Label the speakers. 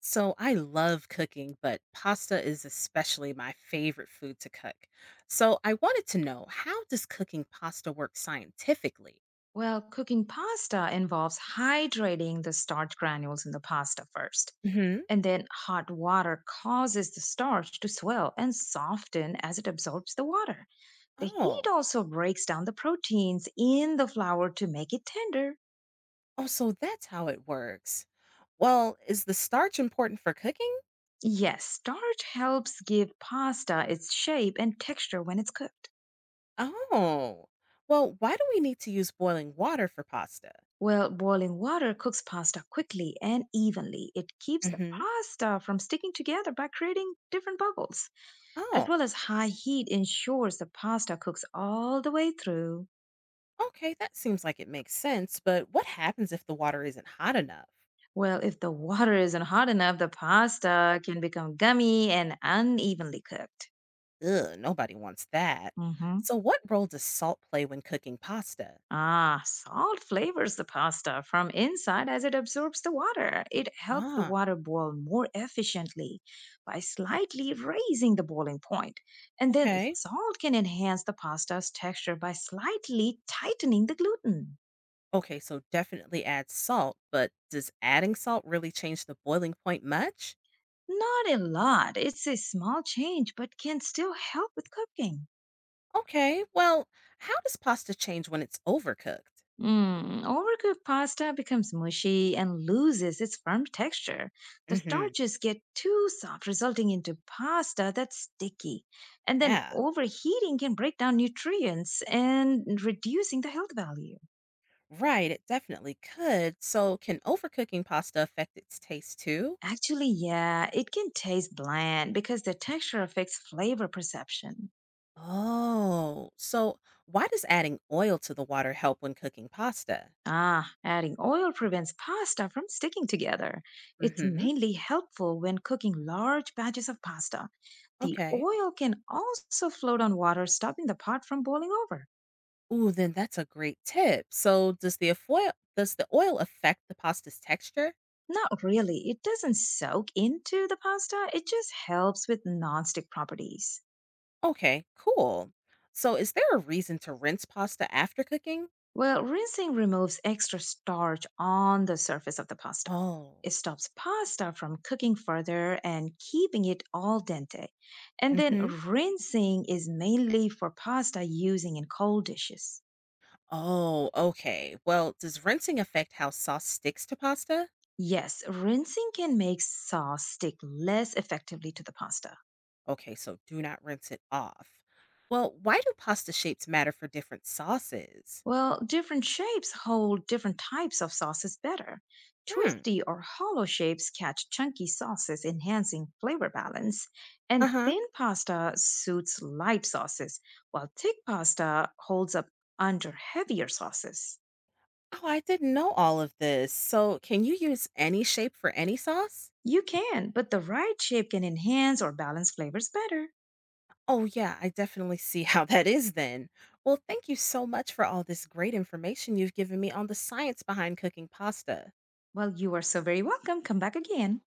Speaker 1: So I love cooking, but pasta is especially my favorite food to cook. So I wanted to know, how does cooking pasta work scientifically?
Speaker 2: Well, cooking pasta involves hydrating the starch granules in the pasta first,
Speaker 1: Hmm.
Speaker 2: and then hot water causes the starch to swell and soften as it absorbs the water. The heat
Speaker 1: Oh,
Speaker 2: also breaks down the proteins in the flour to make it tender.
Speaker 1: oh, so that's how it works. Well, is the starch important for cooking?
Speaker 2: Yes, starch helps give pasta its shape and texture when it's cooked.
Speaker 1: Oh, well, why do we need to use boiling water for pasta?
Speaker 2: Well, boiling water cooks pasta quickly and evenly. It keeps the
Speaker 1: Hmm.
Speaker 2: pasta from sticking together by creating different bubbles, as
Speaker 1: Oh,
Speaker 2: well as high heat ensures the pasta cooks all the way through.
Speaker 1: okay, that seems like it makes sense, but what happens if the water isn't hot enough?
Speaker 2: Well, if the water isn't hot enough, the pasta can become gummy and unevenly cooked.
Speaker 1: Ugh, nobody wants that.
Speaker 2: Hmm.
Speaker 1: So what role does salt play when cooking pasta?
Speaker 2: Ah, salt flavors the pasta from inside as it absorbs the water. It helps the
Speaker 1: Ah,
Speaker 2: water boil more efficiently by slightly raising the boiling point. And then
Speaker 1: okay.
Speaker 2: salt can enhance the pasta's texture by slightly tightening the gluten.
Speaker 1: Okay, so definitely add salt, but does adding salt really change the boiling point much?
Speaker 2: Not a lot, it's a small change, but can still help with cooking.
Speaker 1: Okay, well, how does pasta change when it's overcooked?
Speaker 2: Mm, overcooked pasta becomes mushy and loses its firm texture. The
Speaker 1: Mm-hmm.
Speaker 2: starches get too soft, resulting into pasta that's sticky. And then
Speaker 1: Yeah,
Speaker 2: overheating can break down nutrients and reducing the health value.
Speaker 1: right, it definitely could. So can overcooking pasta affect its taste too?
Speaker 2: Actually, yeah, it can taste bland because the texture affects flavor perception.
Speaker 1: Oh, so why does adding oil to the water help when cooking pasta?
Speaker 2: Ah, adding oil prevents pasta from sticking together. It's
Speaker 1: Mm-hmm.
Speaker 2: mainly helpful when cooking large batches of pasta. The
Speaker 1: Okay.
Speaker 2: oil can also float on water, stopping the pot from boiling over.
Speaker 1: Ooh, then that's a great tip. So does the oil affect the pasta's texture?
Speaker 2: Not really, it doesn't soak into the pasta, it just helps with nonstick properties.
Speaker 1: Okay, cool. So is there a reason to rinse pasta after cooking?
Speaker 2: Well, rinsing removes extra starch on the surface of the pasta.
Speaker 1: Oh.
Speaker 2: It stops pasta from cooking further and keeping it al dente. And
Speaker 1: Mm
Speaker 2: then
Speaker 1: hmm.
Speaker 2: rinsing is mainly for pasta using in cold dishes.
Speaker 1: Oh, okay. Well, does rinsing affect how sauce sticks to pasta?
Speaker 2: Yes, rinsing can make sauce stick less effectively to the pasta.
Speaker 1: Okay, so do not rinse it off. Well, why do pasta shapes matter for different sauces?
Speaker 2: Well, different shapes hold different types of sauces better.
Speaker 1: Hmm.
Speaker 2: Twisty or hollow shapes catch chunky sauces, enhancing flavor balance, and
Speaker 1: Uh-huh.
Speaker 2: thin pasta suits light sauces, while thick pasta holds up under heavier sauces.
Speaker 1: Oh, I didn't know all of this. So can you use any shape for any sauce?
Speaker 2: You can, but the right shape can enhance or balance flavors better.
Speaker 1: Oh, yeah, I definitely see how that is then. Well, thank you so much for all this great information you've given me on the science behind cooking pasta.
Speaker 2: Well, you are so very welcome. Come back again.